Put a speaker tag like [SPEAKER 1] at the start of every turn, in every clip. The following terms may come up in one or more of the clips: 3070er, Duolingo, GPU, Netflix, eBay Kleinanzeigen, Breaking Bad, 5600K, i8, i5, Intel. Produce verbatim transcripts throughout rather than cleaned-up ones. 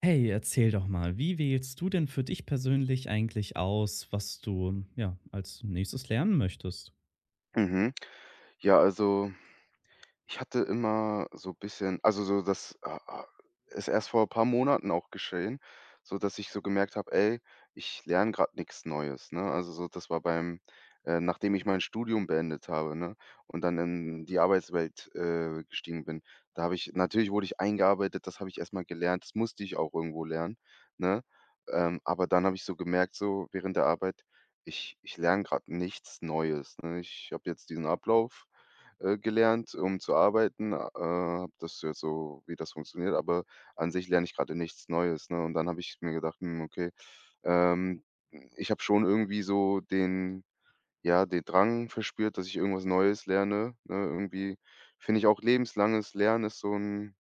[SPEAKER 1] Hey, erzähl doch mal, wie wählst du denn für dich persönlich eigentlich aus, was du, ja, als nächstes lernen möchtest?
[SPEAKER 2] Mhm. Ja, also, ich hatte immer so ein bisschen also, so das, ah ah ist erst vor ein paar Monaten auch geschehen, so dass ich so gemerkt habe: „Ey, ich lerne gerade nichts Neues“, ne? Also, so das war beim äh, nachdem ich mein Studium beendet habe, ne, und dann in die Arbeitswelt, äh, gestiegen bin. Da habe ich natürlich wurde ich eingearbeitet, das habe ich erst mal gelernt, das musste ich auch irgendwo lernen, ne? Ähm, aber dann habe ich so gemerkt, so während der Arbeit, ich ich lerne gerade nichts Neues, ne? Ich habe jetzt diesen Ablauf äh, gelernt, um zu arbeiten, äh, habe das jetzt so wie das funktioniert, aber an sich lerne ich gerade nichts Neues, ne? Und dann habe ich mir gedacht: „Hm, okay, ähm, ich habe schon irgendwie so den ja, den Drang verspürt, dass ich irgendwas Neues lerne“, ne? Irgendwie finde ich auch lebenslanges Lernen ist so ein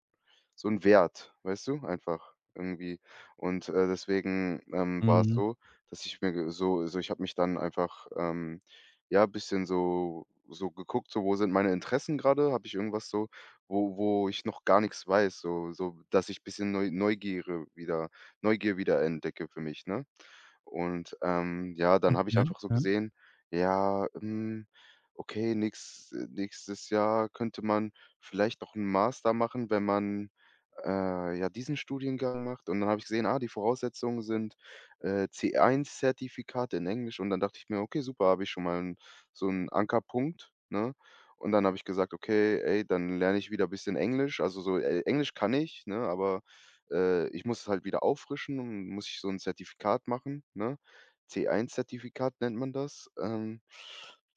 [SPEAKER 2] so 'n Wert, weißt du, einfach irgendwie. Und, äh, deswegen, ähm, war es
[SPEAKER 1] Mhm.
[SPEAKER 2] so, dass ich mir ge so so ich habe mich dann einfach, ähm, ja, bisschen so so geguckt, so: „Wo sind meine Interessen grade? Habe ich irgendwas so, wo wo ich noch gar nix weiß?“ So so, dass ich bisschen Neu Neugiere wieder Neugier wieder entdecke für mich, ne? Und, ähm, ja, dann habe ich
[SPEAKER 1] Okay,
[SPEAKER 2] einfach so
[SPEAKER 1] ja.
[SPEAKER 2] gesehen, ja, hm, okay, nächst nächstes Jahr könnte man vielleicht noch einen Master machen, wenn man, äh, ja, diesen Studiengang macht. Und dann habe ich gesehen, ah, die Voraussetzungen sind, äh, C eins Zertifikat in Englisch. Und dann dachte ich mir: „Okay, super, habe ich schon mal 'n so einen Ankerpunkt“, ne? Und dann habe ich gesagt: „Okay, ey, dann lerne ich wieder ein bisschen Englisch.“ Also, so, äh, Englisch kann ich, ne, aber äh, ich muss es halt wieder auffrischen und muss ich so 'n Zertifikat machen, ne? C eins Zertifikat nennt man das. Ähm,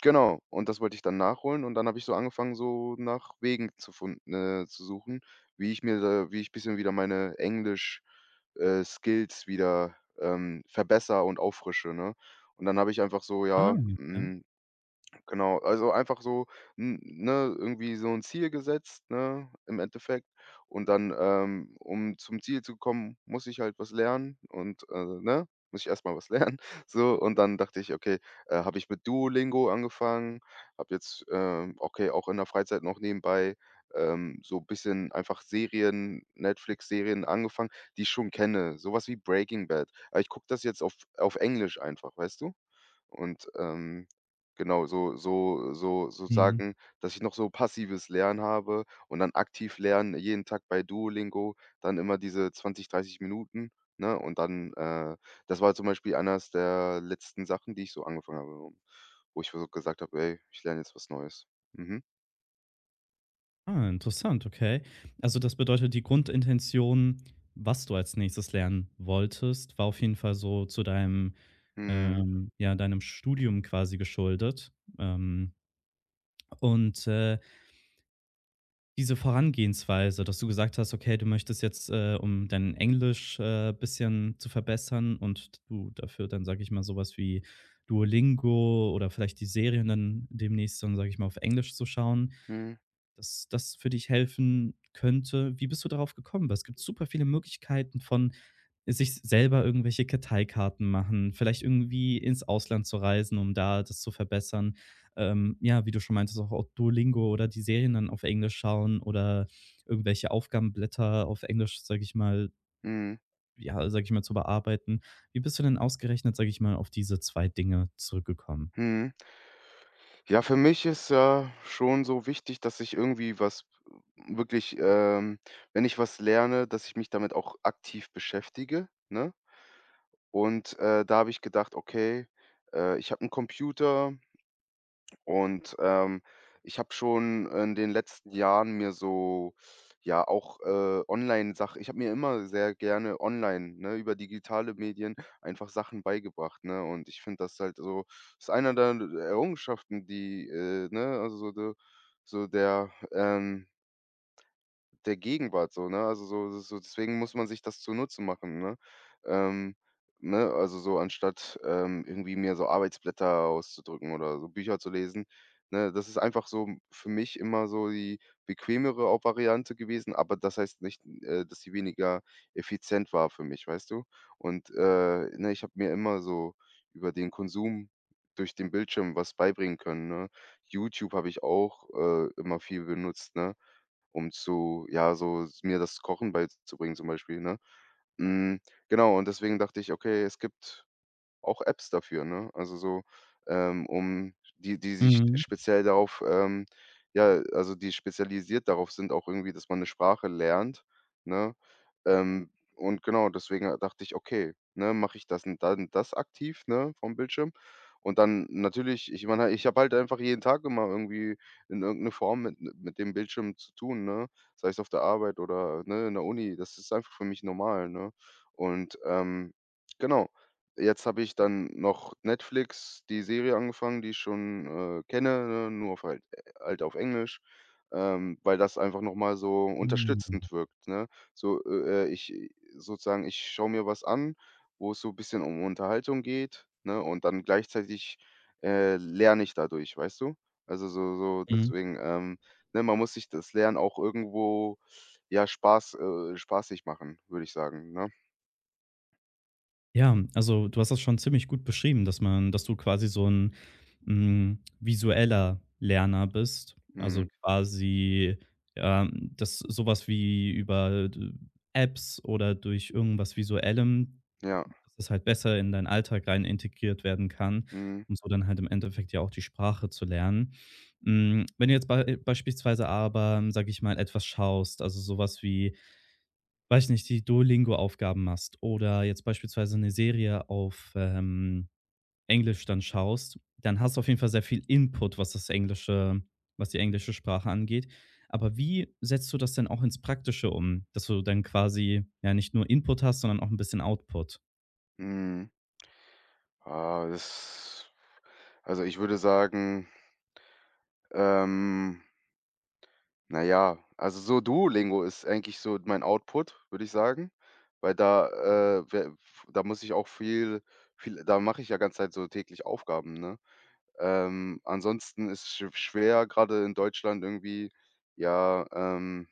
[SPEAKER 2] genau, und das wollte ich dann nachholen und dann habe ich so angefangen, so nach Wegen zu fun äh, zu suchen, wie ich mir da wie ich bisschen wieder meine Englisch, äh, Skills wieder, ähm, verbessere und auffrische, ne? Und dann habe ich einfach so,
[SPEAKER 1] Ah,
[SPEAKER 2] ja,
[SPEAKER 1] okay.
[SPEAKER 2] hm Genau, also einfach so, n ne, irgendwie so ein Ziel gesetzt, ne, im Endeffekt. Und dann, ähm, um zum Ziel zu kommen, muss ich halt was lernen und, äh, ne, muss ich erstmal was lernen, so. Und dann dachte ich: „Okay, äh, habe ich mit Duolingo angefangen, habe jetzt, ähm, okay, auch in der Freizeit noch nebenbei, ähm, so ein bisschen einfach Serien, Netflix-Serien angefangen, die ich schon kenne, sowas wie Breaking Bad.“ Aber ich gucke das jetzt auf auf Englisch einfach, weißt du? Und, ähm, genau, so so so
[SPEAKER 1] Mhm.
[SPEAKER 2] sozusagen, dass ich noch so passives Lernen habe und dann aktiv lernen, jeden Tag bei Duolingo, dann immer diese zwanzig dreißig Minuten, ne? Und dann, äh das war zum Beispiel eines der letzten Sachen, die ich so angefangen habe, wo ich so gesagt habe: „Ey, ich lerne jetzt was Neues.“ Mhm.
[SPEAKER 1] Ah, interessant, okay. Also das bedeutet, die Grundintention, was du als nächstes lernen wolltest, war auf jeden Fall so zu deinem,
[SPEAKER 2] Mhm.
[SPEAKER 1] ähm ja, deinem Studium quasi geschuldet. Ähm, und, äh Diese Vorangehensweise, dass du gesagt hast: „Okay, du möchtest jetzt, äh, um dein Englisch, äh, bisschen zu verbessern und du dafür dann, sage ich mal, so was wie Duolingo oder vielleicht die Serien dann demnächst dann, sage ich mal, auf Englisch zu schauen.“
[SPEAKER 2] Mhm.
[SPEAKER 1] Dass das für dich helfen könnte. Wie bist du darauf gekommen? Weil es gibt super viele Möglichkeiten von sich selber irgendwelche Karteikarten machen, vielleicht irgendwie ins Ausland zu reisen, um da das zu verbessern. Ähm, ja, wie du schon meintest, auch auf Duolingo oder die Serien dann auf Englisch schauen oder irgendwelche Aufgabenblätter auf Englisch, sage ich mal,
[SPEAKER 2] Mhm.
[SPEAKER 1] ja, sage ich mal, zu bearbeiten. Wie bist du denn ausgerechnet, sage ich mal, auf diese zwei Dinge zurückgekommen?
[SPEAKER 2] Mhm. Ja, für mich ist, ja schon so wichtig, dass ich irgendwie was äh, wirklich, ähm wenn ich was lerne, dass ich mich damit auch aktiv beschäftige, ne? Und, äh, da habe ich gedacht: „Okay, äh, ich habe einen Computer, und, ähm, ich habe schon in den letzten Jahren mir so ja, auch, äh, Online-Sach ich habe mir immer sehr gerne online, ne, über digitale Medien einfach Sachen beigebracht, ne? Und ich finde das halt so ist einer der Errungenschaften, die, äh, ne also so de so der, ähm der Gegenwart so, ne? Also, so so so deswegen muss man sich das zunutze machen, ne? Ähm, ne, also, so anstatt, ähm, irgendwie mir so Arbeitsblätter auszudrücken oder so Bücher zu lesen, ne? Das ist einfach so m- für mich immer so die bequemere auch Variante gewesen, aber das heißt nicht, äh, dass sie weniger effizient war für mich, weißt du? Und, äh, ne, ich habe mir immer so über den Konsum durch den Bildschirm was beibringen können, ne? YouTube habe ich auch, äh, immer viel benutzt, ne? Um zu ja, so mir das Kochen beizubringen zum Beispiel, ne? Hm, genau, und deswegen dachte ich: „Okay, es gibt auch Apps dafür, ne? Also so, ähm, um die die sich
[SPEAKER 1] Mhm.
[SPEAKER 2] speziell darauf, ähm ja, also die spezialisiert darauf sind auch irgendwie, dass man eine Sprache lernt, ne? Ähm, und genau, deswegen, äh, dachte ich: „Okay, ne, mache ich das und dann das aktiv, ne, vom Bildschirm?“ Und dann natürlich, ich meine, ich habe halt einfach jeden Tag immer irgendwie in irgendeiner Form mit mit dem Bildschirm zu tun, ne? Sei es auf der Arbeit oder, ne, in der Uni. Das ist einfach für mich normal, ne? Und, ähm, genau. Jetzt habe ich dann noch Netflix, die Serie angefangen, die ich schon, äh, kenne, ne, nur auf halt äh, halt auf Englisch, ähm, weil das einfach noch mal so unterstützend wirkt, ne? So, äh, äh, ich äh, sozusagen ich schaue mir was an, wo es so ein bisschen um Unterhaltung geht, ne, und dann gleichzeitig, äh, lerne ich dadurch, weißt du? Also, so so
[SPEAKER 1] Mhm.
[SPEAKER 2] deswegen, ähm, ne, man muss sich das Lernen auch irgendwo, ja, Spaß äh, spaßig machen, würde ich sagen, ne?
[SPEAKER 1] Ja, also du hast das schon ziemlich gut beschrieben, dass man dass du quasi so ein hm, visueller Lerner bist. Also
[SPEAKER 2] Mhm.
[SPEAKER 1] quasi, ähm, dass so wie über d Apps oder durch irgendwas Visuellem,
[SPEAKER 2] Ja.
[SPEAKER 1] dass es halt besser in deinen Alltag rein integriert werden kann,
[SPEAKER 2] Mhm.
[SPEAKER 1] um so dann halt im Endeffekt ja auch die Sprache zu lernen. Hm, wenn du jetzt bei beispielsweise aber, sage ich mal, etwas schaust, also sowas wie weiß nicht, die Duolingo-Aufgaben machst oder jetzt beispielsweise eine Serie auf, ähm, Englisch dann schaust, dann hast du auf jeden Fall sehr viel Input, was das Englische was die englische Sprache angeht. Aber wie setzt du das denn auch ins Praktische um, dass du dann quasi, ja, nicht nur Input hast, sondern auch ein bisschen Output?
[SPEAKER 2] Mhm. Ah, das also, ich würde sagen, ähm, na ja, also, so Duolingo ist eigentlich so mein Output, würde ich sagen, weil da, äh, we da muss ich auch viel viel da mache ich ja ganze Zeit so täglich Aufgaben, ne? Ähm, ansonsten ist sch schwer, gerade in Deutschland irgendwie, ja, ähm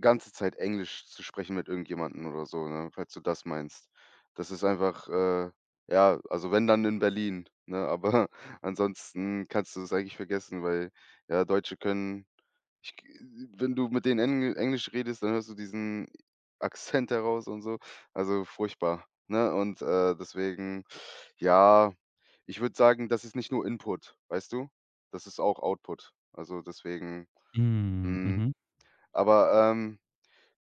[SPEAKER 2] ganze Zeit Englisch zu sprechen mit irgendjemandem oder so, ne, falls du das meinst. Das ist einfach, äh ja, also wenn, dann in Berlin, ne? Aber ansonsten kannst du es eigentlich vergessen, weil, ja, Deutsche können ich g wenn du mit denen Engl Englisch redest, dann hörst du diesen Akzent heraus und so. Also furchtbar, ne? Und, äh, deswegen, ja, ich würde sagen, das ist nicht nur Input, weißt du? Das ist auch Output. Also deswegen
[SPEAKER 1] Mhm,
[SPEAKER 2] mhm.
[SPEAKER 1] mhm.
[SPEAKER 2] Aber, ähm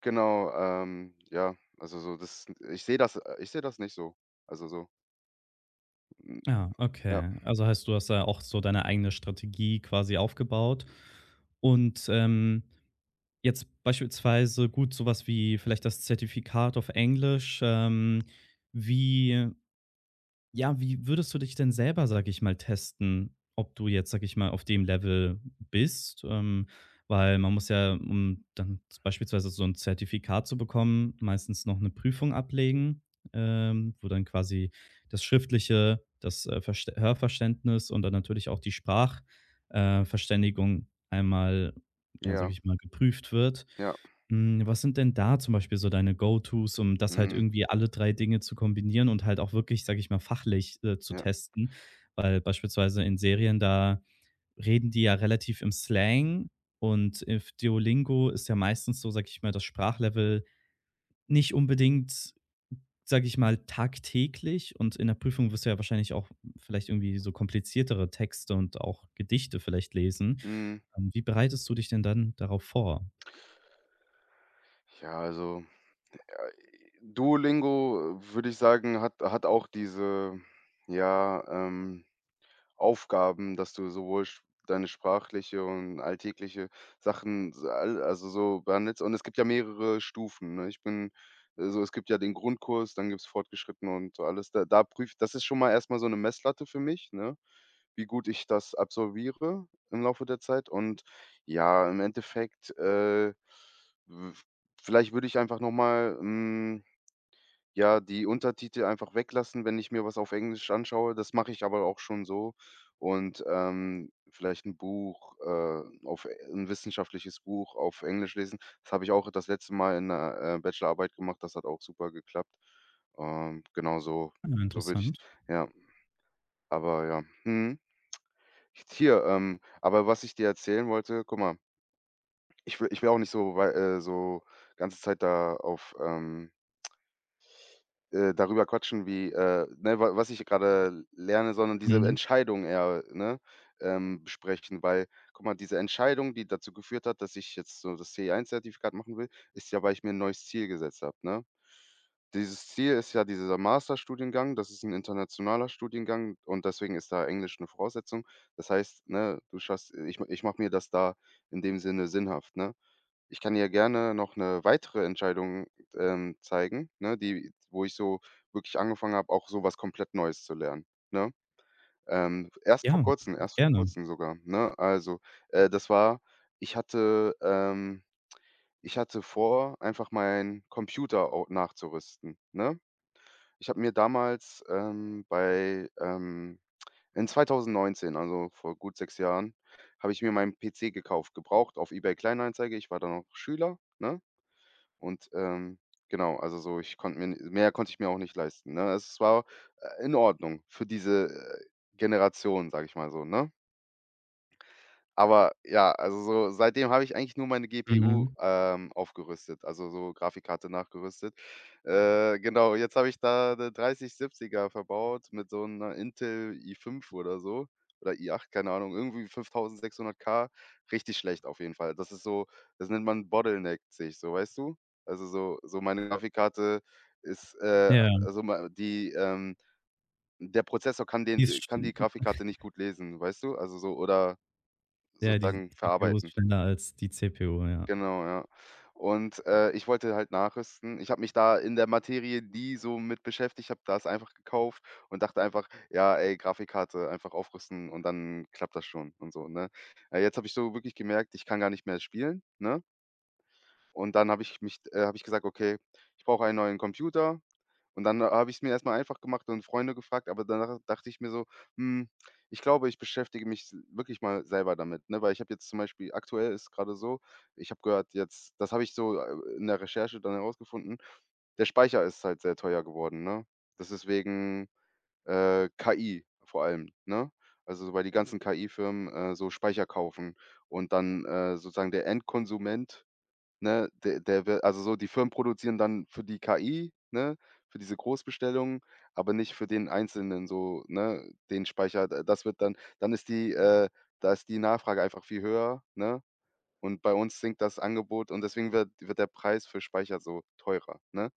[SPEAKER 2] Genau, ähm, ja, also so das ich sehe das äh, ich sehe das nicht so. Also so, hm,
[SPEAKER 1] Ja,
[SPEAKER 2] ja,
[SPEAKER 1] okay. Also heißt, du hast ja auch so deine eigene Strategie quasi aufgebaut und, ähm Jetzt beispielsweise gut, sowas wie vielleicht das Zertifikat auf Englisch. Ähm, wie ja, wie würdest du dich denn selber, sage ich mal, testen, ob du jetzt, sage ich mal, auf dem Level bist? Ähm, weil man muss ja, um dann beispielsweise so ein Zertifikat zu bekommen, meistens noch eine Prüfung ablegen, ähm, wo dann quasi das Schriftliche, das, äh, Verst Hörverständnis und dann natürlich auch die Sprachverständigung äh, Verständigung einmal, ja, sage
[SPEAKER 2] ja,
[SPEAKER 1] ich mal, geprüft wird.
[SPEAKER 2] ja,
[SPEAKER 1] Hm, was sind denn da zum Beispiel so deine Go-Tos, um das halt
[SPEAKER 2] mhm,
[SPEAKER 1] irgendwie alle drei Dinge zu kombinieren und halt auch wirklich, sage ich mal, fachlich, äh, zu
[SPEAKER 2] ja,
[SPEAKER 1] testen? Weil beispielsweise in Serien, da reden die ja relativ im Slang und auf Duolingo ist ja meistens so, sage ich mal, das Sprachlevel nicht unbedingt, sage ich mal, tagtäglich und in der Prüfung wirst du ja wahrscheinlich auch vielleicht irgendwie so kompliziertere Texte und auch Gedichte vielleicht lesen.
[SPEAKER 2] mhm.
[SPEAKER 1] Ähm, wie bereitest du dich denn dann darauf vor?
[SPEAKER 2] Ja, also Duolingo, äh, würde ich sagen, hat hat auch diese, ja, ähm Aufgaben, dass du sowohl sch deine sprachliche und alltägliche Sachen s al also, so behandelst. Und es gibt ja mehrere Stufen, ne? Ich bin äh, so es gibt ja den Grundkurs, dann gibt's fortgeschritten und so alles. Da da prüft das ist schon mal erst mal so eine Messlatte für mich, ne, wie gut ich das absolviere im Laufe der Zeit. Und ja, im Endeffekt, äh, w vielleicht würde ich einfach noch mal, hm ja, die Untertitel einfach weglassen, wenn ich mir was auf Englisch anschaue. Das mache ich aber auch schon so. Und, ähm, vielleicht ein Buch, äh, auf 'n wissenschaftliches Buch auf Englisch lesen. Das habe ich auch das letzte Mal in 'ner, äh, Bachelorarbeit gemacht. Das hat auch super geklappt. Ähm, genau so
[SPEAKER 1] Ja,
[SPEAKER 2] so würde ich
[SPEAKER 1] interessant.
[SPEAKER 2] ja, aber ja. Mhm. Hier, ähm aber was ich dir erzählen wollte, guck mal, ich will ich will auch nicht so wei äh, so ganze Zeit da auf, ähm äh, darüber quatschen, wie, äh, ne, wa was ich gerade lerne, sondern diese Entscheidung eher, ne, ähm, besprechen. Weil, guck mal, diese Entscheidung, die dazu geführt hat, dass ich jetzt so das c eins zertifikat machen will, ist ja, weil ich mir ein neues Ziel gesetzt habe, ne? Dieses Ziel ist ja dieser Masterstudiengang, das ist ein internationaler Studiengang und deswegen ist da Englisch eine Voraussetzung. Das heißt, ne, du schaffst ich ich mache mir das da in dem Sinne sinnhaft, ne? Ich kann dir gerne noch eine weitere Entscheidung, ähm, zeigen, ne, die wo ich so wirklich angefangen habe, auch so was komplett Neues zu lernen, ne? Ähm, erst vor
[SPEAKER 1] Ja,
[SPEAKER 2] Kurzem erst vor
[SPEAKER 1] gerne.
[SPEAKER 2] Kurzem sogar, ne? Also, äh, das war ich hatte, ähm ich hatte vor, einfach meinen Computer au nachzurüsten, ne? Ich habe mir damals, ähm, bei, ähm in zwanzig neunzehn, also vor gut sechs Jahren, habe ich mir meinen P C gekauft, gebraucht auf eBay Kleinanzeigen. Ich war da noch Schüler, ne? Und, ähm, genau, also so, ich konnte mir n mehr konnte ich mir auch nicht leisten, ne? Also, es war, äh, in Ordnung für diese, äh, Generation, sage ich mal so, ne? Aber ja, also so seitdem habe ich eigentlich nur meine G P U,
[SPEAKER 1] Mhm.
[SPEAKER 2] ähm, aufgerüstet, also so Grafikkarte nachgerüstet. Äh, genau, jetzt habe ich da 'ne dreißig siebziger verbaut mit so einer Intel i fünf oder so oder i acht, keine Ahnung, irgendwie fünftausendsechshundert K, richtig schlecht auf jeden Fall. Das ist so. Das nennt man bottleneckt sich so, weißt du? Also so so meine Grafikkarte ist, äh
[SPEAKER 1] Ja,
[SPEAKER 2] also ma die, ähm der Prozessor kann
[SPEAKER 1] die
[SPEAKER 2] den
[SPEAKER 1] ist
[SPEAKER 2] kann die
[SPEAKER 1] schon
[SPEAKER 2] Grafikkarte nicht gut lesen, weißt du? Also so oder
[SPEAKER 1] ja, die
[SPEAKER 2] sozusagen
[SPEAKER 1] die G P U ist
[SPEAKER 2] verarbeiten.
[SPEAKER 1] schneller als die C P U, ja.
[SPEAKER 2] Genau, ja. Und, äh, ich wollte halt nachrüsten. Ich habe mich da in der Materie nie so mit beschäftigt, habe das einfach gekauft und dachte einfach: „Ja, ey, Grafikkarte einfach aufrüsten und dann klappt das schon“ und so, ne? Äh, jetzt habe ich so wirklich gemerkt, ich kann gar nicht mehr spielen, ne? Und dann habe ich mich äh, habe ich gesagt: „Okay, ich brauche einen neuen Computer.“ Und dann habe ich es mir erst mal einfach gemacht und Freunde gefragt, aber danach dachte ich mir so: „Hm, ich glaube, ich beschäftige mich s wirklich mal selber damit“, ne? Weil ich habe jetzt zum Beispiel aktuell ist gerade so, ich habe gehört jetzt das habe ich so, äh, in der Recherche dann herausgefunden, der Speicher ist halt sehr teuer geworden, ne? Das ist wegen, äh, K I vor allem, ne? Also, weil die ganzen K I-Firmen, äh, so Speicher kaufen und dann, äh, sozusagen der Endkonsument, ne, der der wird also so, die Firmen produzieren dann für die K I, ne, für diese Großbestellungen, aber nicht für den Einzelnen so, ne, den Speicher. D Das wird dann dann ist die äh, da ist die Nachfrage einfach viel höher, ne? Und bei uns sinkt das Angebot und deswegen wird wird der Preis für Speicher so teurer, ne?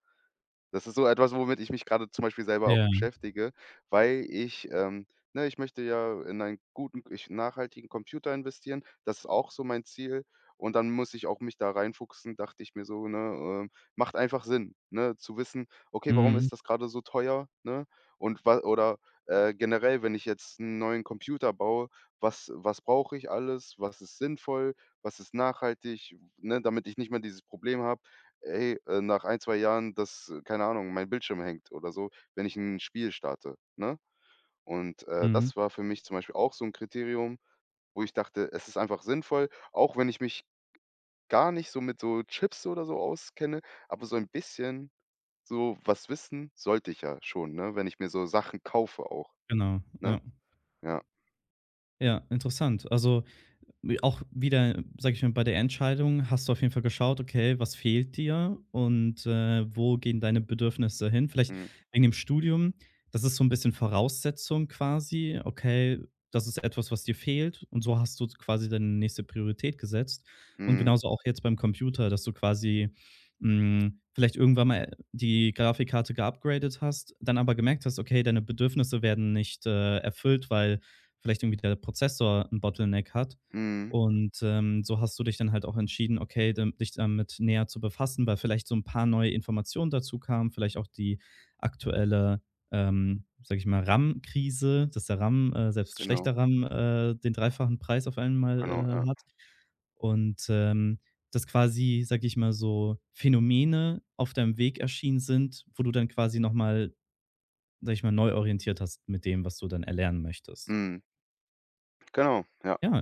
[SPEAKER 2] Das ist so etwas, womit ich mich gerade zum Beispiel selber auch
[SPEAKER 1] Ja.
[SPEAKER 2] beschäftige, weil ich ähm, ne, ich möchte ja in einen guten ich nachhaltigen Computer investieren. Das ist auch so mein Ziel. Und dann muss ich auch mich da reinfuchsen, dachte ich mir so, ne, ähm, macht einfach Sinn, ne, zu wissen: „Okay, warum
[SPEAKER 1] Mhm.
[SPEAKER 2] ist das gerade so teuer“, ne? Und was oder, äh, generell, wenn ich jetzt einen neuen Computer baue, was was brauche ich alles? Was ist sinnvoll? Was ist nachhaltig? Ne, damit ich nicht mehr dieses Problem habe. Ey, äh, nach ein zwei Jahren, dass, äh, keine Ahnung, mein Bildschirm hängt oder so, wenn ich 'n Spiel starte, ne? Und, äh,
[SPEAKER 1] Mhm.
[SPEAKER 2] das war für mich zum Beispiel auch so 'n Kriterium, wo ich dachte, es ist einfach sinnvoll, auch wenn ich mich gar nicht so mit so Chips oder so auskenne, aber so ein bisschen so was wissen sollte ich ja schon, ne, wenn ich mir so Sachen kaufe auch,
[SPEAKER 1] Genau.
[SPEAKER 2] ne?
[SPEAKER 1] Ja.
[SPEAKER 2] Ja.
[SPEAKER 1] Ja, interessant. Also auch wieder, sage ich mal, bei der Entscheidung hast du auf jeden Fall geschaut, okay, was fehlt dir und äh, wo gehen deine Bedürfnisse hin? Vielleicht
[SPEAKER 2] Mhm.
[SPEAKER 1] wegen dem Studium, das ist so ein bisschen Voraussetzung quasi. Okay, das ist etwas, was dir fehlt und so hast du quasi deine nächste Priorität gesetzt. Und
[SPEAKER 2] Mhm.
[SPEAKER 1] genauso auch jetzt beim Computer, dass du quasi, hm, vielleicht irgendwann mal die Grafikkarte geupgradet hast, dann aber gemerkt hast, okay, deine Bedürfnisse werden nicht, äh, erfüllt, weil vielleicht irgendwie der Prozessor ein Bottleneck hat
[SPEAKER 2] Mhm.
[SPEAKER 1] und, ähm, so hast du dich dann halt auch entschieden, okay, da dich damit näher zu befassen, weil vielleicht so ein paar neue Informationen dazu kamen, vielleicht auch die aktuelle, ähm, sage ich mal, RAM-Krise, dass der RAM äh, selbst
[SPEAKER 2] Genau,
[SPEAKER 1] schlechter RAM, äh, den dreifachen Preis auf
[SPEAKER 2] genau,
[SPEAKER 1] einmal,
[SPEAKER 2] ja.
[SPEAKER 1] äh, hat. Und, ähm, dass quasi, sage ich mal, so Phänomene auf deinem Weg erschienen sind, wo du dann quasi noch mal, sage ich mal, neu orientiert hast mit dem, was du dann erlernen möchtest.
[SPEAKER 2] Mhm. Genau, ja.
[SPEAKER 1] Ja,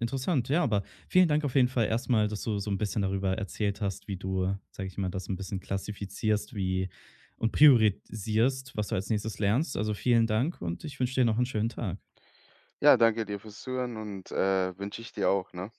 [SPEAKER 1] interessant. Ja, aber vielen Dank auf jeden Fall erstmal, dass du so ein bisschen darüber erzählt hast, wie du, sage ich mal, das ein bisschen klassifizierst, wie und priorisierst, was du als Nächstes lernst. Also, vielen Dank und ich wünsche dir noch einen schönen Tag.
[SPEAKER 2] Ja, danke dir fürs Zuhören und, äh, wünsche ich dir auch, ne?